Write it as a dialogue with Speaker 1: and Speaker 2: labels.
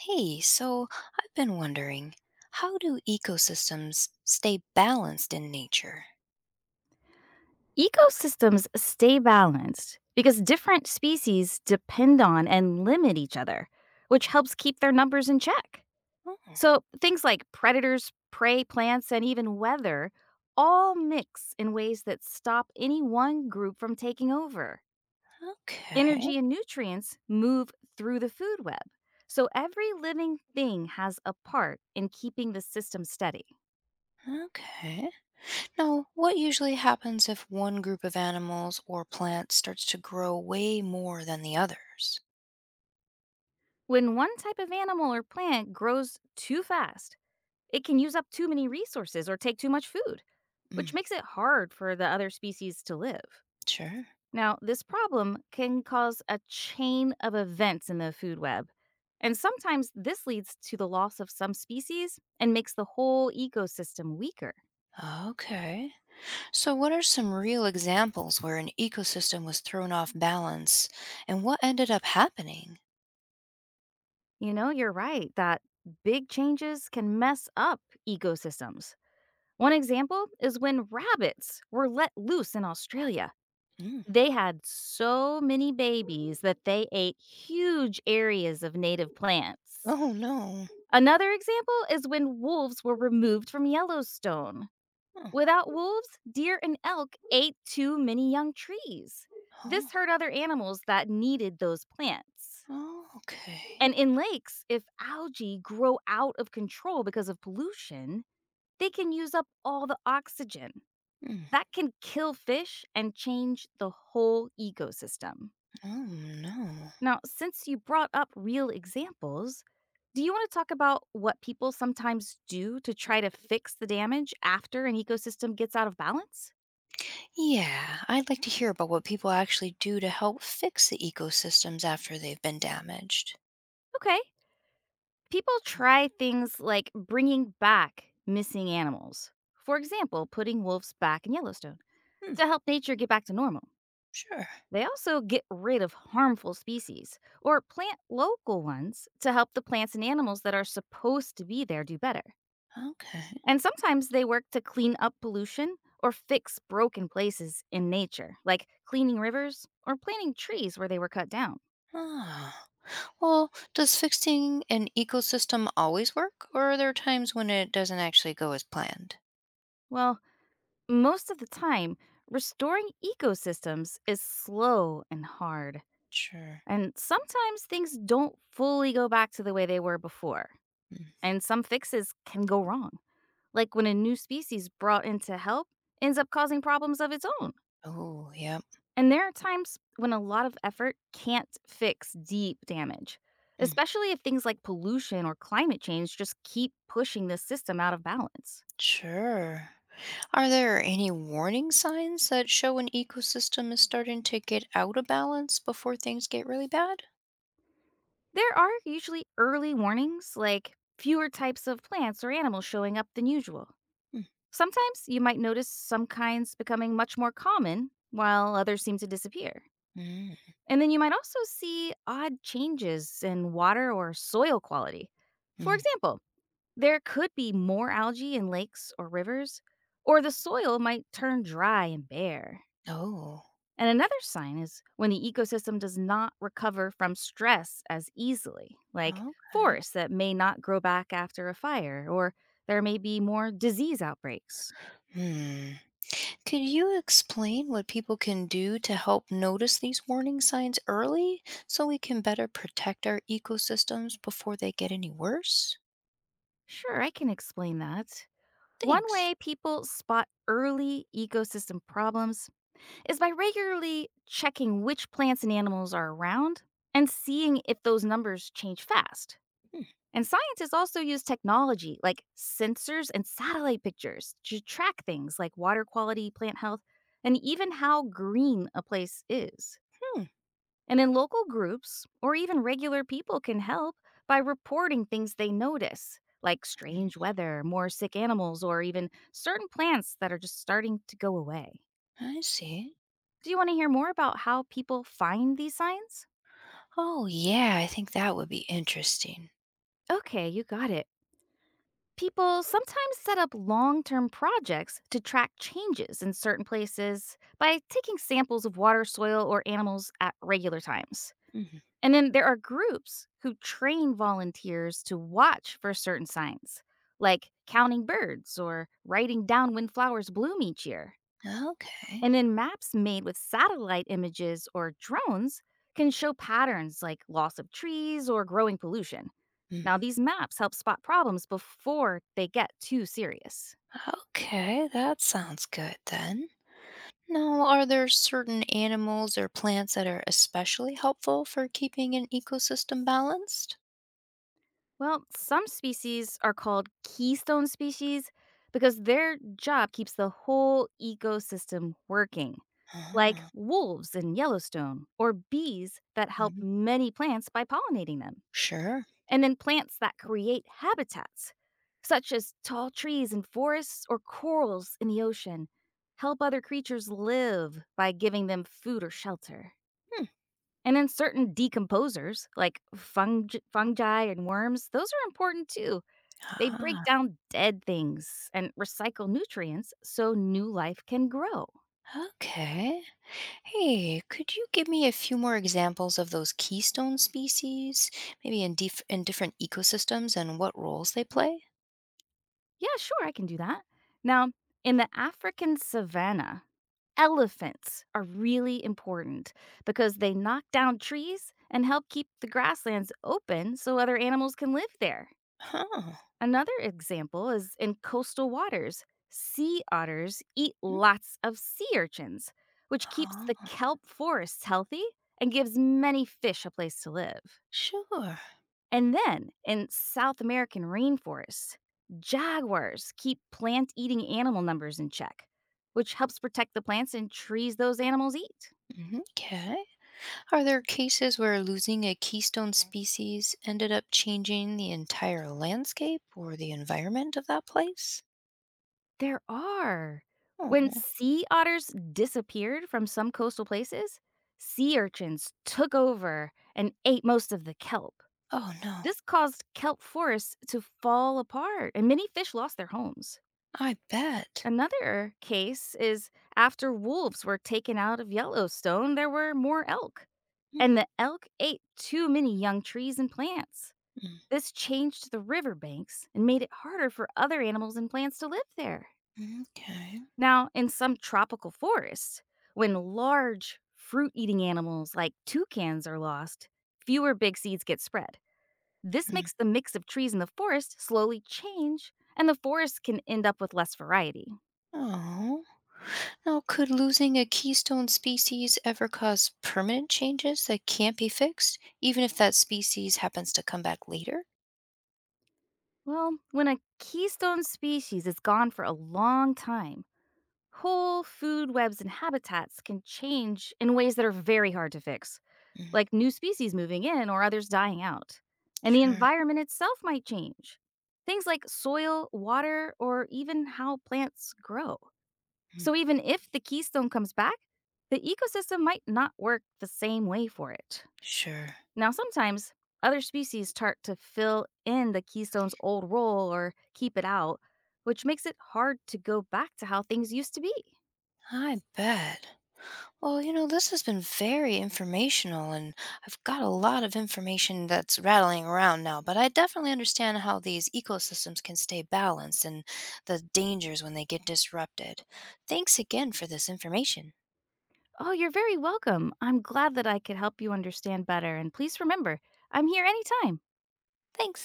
Speaker 1: Hey, so I've been wondering, how do ecosystems stay balanced in nature?
Speaker 2: Ecosystems stay balanced because different species depend on and limit each other, which helps keep their numbers in check.
Speaker 1: Oh,
Speaker 2: So things like predators, prey, plants, and even weather all mix in ways that stop any one group from taking over.
Speaker 1: okay,
Speaker 2: Energy and nutrients move through the food web. So every living thing has a part in keeping the system steady.
Speaker 1: okay. Now, what usually happens if one group of animals or plants starts to grow way more than the others?
Speaker 2: When one type of animal or plant grows too fast, it can use up too many resources or take too much food, which
Speaker 1: Mm,
Speaker 2: makes it hard for the other species to live.
Speaker 1: sure.
Speaker 2: Now, this problem can cause a chain of events in the food web. And sometimes this leads to the loss of some species and makes the whole ecosystem weaker.
Speaker 1: Okay. So, what are some real examples where an ecosystem was thrown off balance and what ended up happening?
Speaker 2: You know, you're right that big changes can mess up ecosystems. One example is when rabbits were let loose in Australia.
Speaker 1: Mm.
Speaker 2: They had so many babies that they ate huge areas of native plants.
Speaker 1: Oh, no.
Speaker 2: Another example is when wolves were removed from Yellowstone.
Speaker 1: Oh,
Speaker 2: Without wolves, deer and elk ate too many young trees. This hurt other animals that needed those plants.
Speaker 1: oh, okay.
Speaker 2: And in lakes, if algae grow out of control because of pollution, they can use up all the oxygen.
Speaker 1: Hmm.
Speaker 2: That can kill fish and change the whole ecosystem.
Speaker 1: Oh, no.
Speaker 2: Now, since you brought up real examples, do you want to talk about what people sometimes do to try to fix the damage after an ecosystem gets out of balance?
Speaker 1: Yeah, I'd like to hear about what people actually do to help fix the ecosystems after they've been damaged.
Speaker 2: Okay. People try things like bringing back missing animals. For example, putting wolves back in Yellowstone
Speaker 1: Hmm,
Speaker 2: to help nature get back to normal.
Speaker 1: sure.
Speaker 2: They also get rid of harmful species or plant local ones to help the plants and animals that are supposed to be there do better.
Speaker 1: Okay.
Speaker 2: And sometimes they work to clean up pollution or fix broken places in nature, like cleaning rivers or planting trees where they were cut down.
Speaker 1: Ah. Well, does fixing an ecosystem always work, or are there times when it doesn't actually go as planned?
Speaker 2: Well, most of the time, restoring ecosystems is slow and hard.
Speaker 1: Sure.
Speaker 2: And sometimes things don't fully go back to the way they were before,
Speaker 1: Mm.
Speaker 2: and some fixes can go wrong, like when a new species brought in to help ends up causing problems of its own.
Speaker 1: Oh, yep.
Speaker 2: And there are times when a lot of effort can't fix deep damage,
Speaker 1: Mm.
Speaker 2: especially if things like pollution or climate change just keep pushing the system out of balance.
Speaker 1: Sure. Are there any warning signs that show an ecosystem is starting to get out of balance before things get really bad?
Speaker 2: There are usually early warnings, like fewer types of plants or animals showing up than usual.
Speaker 1: Mm.
Speaker 2: Sometimes you might notice some kinds becoming much more common, while others seem to disappear.
Speaker 1: Mm.
Speaker 2: And then you might also see odd changes in water or soil quality. For
Speaker 1: Mm.
Speaker 2: example, there could be more algae in lakes or rivers, or the soil might turn dry and bare.
Speaker 1: Oh.
Speaker 2: And another sign is when the ecosystem does not recover from stress as easily, like
Speaker 1: Okay.
Speaker 2: forests that may not grow back after a fire, or there may be more disease outbreaks.
Speaker 1: Hmm. Could you explain what people can do to help notice these warning signs early so we can better protect our ecosystems before they get any worse?
Speaker 2: Sure, I can explain that. One
Speaker 1: Thanks.
Speaker 2: way people spot early ecosystem problems is by regularly checking which plants and animals are around and seeing if those numbers change fast. And scientists also use technology like sensors and satellite pictures to track things like water quality, plant health, and even how green a place is.
Speaker 1: Hmm.
Speaker 2: And in local groups or even regular people can help by reporting things they notice, like strange weather, more sick animals, or even certain plants that are just starting to go away.
Speaker 1: I see.
Speaker 2: Do you want to hear more about how people find these signs?
Speaker 1: Oh, yeah, I think that would be interesting.
Speaker 2: Okay, you got it. People sometimes set up long term projects to track changes in certain places by taking samples of water, soil, or animals at regular times.
Speaker 1: Mhm.
Speaker 2: And then there are groups who train volunteers to watch for certain signs, like counting birds or writing down when flowers bloom each year.
Speaker 1: Okay.
Speaker 2: And then maps made with satellite images or drones can show patterns like loss of trees or growing pollution.
Speaker 1: Mm.
Speaker 2: Now, these maps help spot problems before they get too serious.
Speaker 1: Okay, that sounds good then. Now, are there certain animals or plants that are especially helpful for keeping an ecosystem balanced?
Speaker 2: Well, some species are called keystone species because their job keeps the whole ecosystem working, like
Speaker 1: Ah.
Speaker 2: wolves in Yellowstone, or bees that help
Speaker 1: Mhm.
Speaker 2: many plants by pollinating them.
Speaker 1: Sure.
Speaker 2: And then plants that create habitats, such as tall trees in forests or corals in the ocean, help other creatures live by giving them food or shelter.
Speaker 1: Hmm.
Speaker 2: And then certain decomposers, like fungi and worms, those are important too. They break
Speaker 1: Ah,
Speaker 2: down dead things and recycle nutrients so new life can grow.
Speaker 1: okay. Hey, could you give me a few more examples of those keystone species, maybe in in different ecosystems and what roles they play?
Speaker 2: Yeah, sure, I can do that. Now, in the African savanna, elephants are really important because they knock down trees and help keep the grasslands open so other animals can live there.
Speaker 1: Huh.
Speaker 2: Another example is in coastal waters. Sea otters eat
Speaker 1: Mm.
Speaker 2: lots of sea urchins, which keeps
Speaker 1: Ah,
Speaker 2: the kelp forests healthy and gives many fish a place to live.
Speaker 1: sure.
Speaker 2: And then in South American rainforests, jaguars keep plant eating animal numbers in check, which helps protect the plants and trees those animals eat.
Speaker 1: Mhm. Okay. Are there cases where losing a keystone species ended up changing the entire landscape or the environment of that place?
Speaker 2: There are. When
Speaker 1: Oh,
Speaker 2: sea otters disappeared from some coastal places, sea urchins took over and ate most of the kelp.
Speaker 1: oh no.
Speaker 2: This caused kelp forests to fall apart, and many fish lost their homes.
Speaker 1: I bet.
Speaker 2: Another case is after wolves were taken out of Yellowstone, there were more elk,
Speaker 1: Mm,
Speaker 2: and the elk ate too many young trees and plants. This changed the riverbanks and made it harder for other animals and plants to live there.
Speaker 1: mm. Okay.
Speaker 2: Now, in some tropical forests, when large fruit eating animals like toucans are lost, fewer big seeds get spread. This makes the mix of trees in the forest slowly change, and the forest can end up with less variety.
Speaker 1: Oh. Now, could losing a keystone species ever cause permanent changes that can't be fixed, even if that species happens to come back later?
Speaker 2: Well, when a keystone species is gone for a long time, whole food webs and habitats can change in ways that are very hard to fix,
Speaker 1: Mm,
Speaker 2: like new species moving in or others dying out. And the
Speaker 1: sure.
Speaker 2: environment itself might change. Things like soil, water, or even how plants grow.
Speaker 1: Mm,
Speaker 2: So even if the keystone comes back, the ecosystem might not work the same way for it.
Speaker 1: sure.
Speaker 2: Now, sometimes other species start to fill in the keystone's old role or keep it out, which makes it hard to go back to how things used to be.
Speaker 1: I bet. Well, you know, this has been very informational, and I've got a lot of information that's rattling around now, but I definitely understand how these ecosystems can stay balanced and the dangers when they get disrupted. Thanks again for this information.
Speaker 2: Oh, you're very welcome. I'm glad that I could help you understand better. And please remember, I'm here anytime.
Speaker 1: Thanks.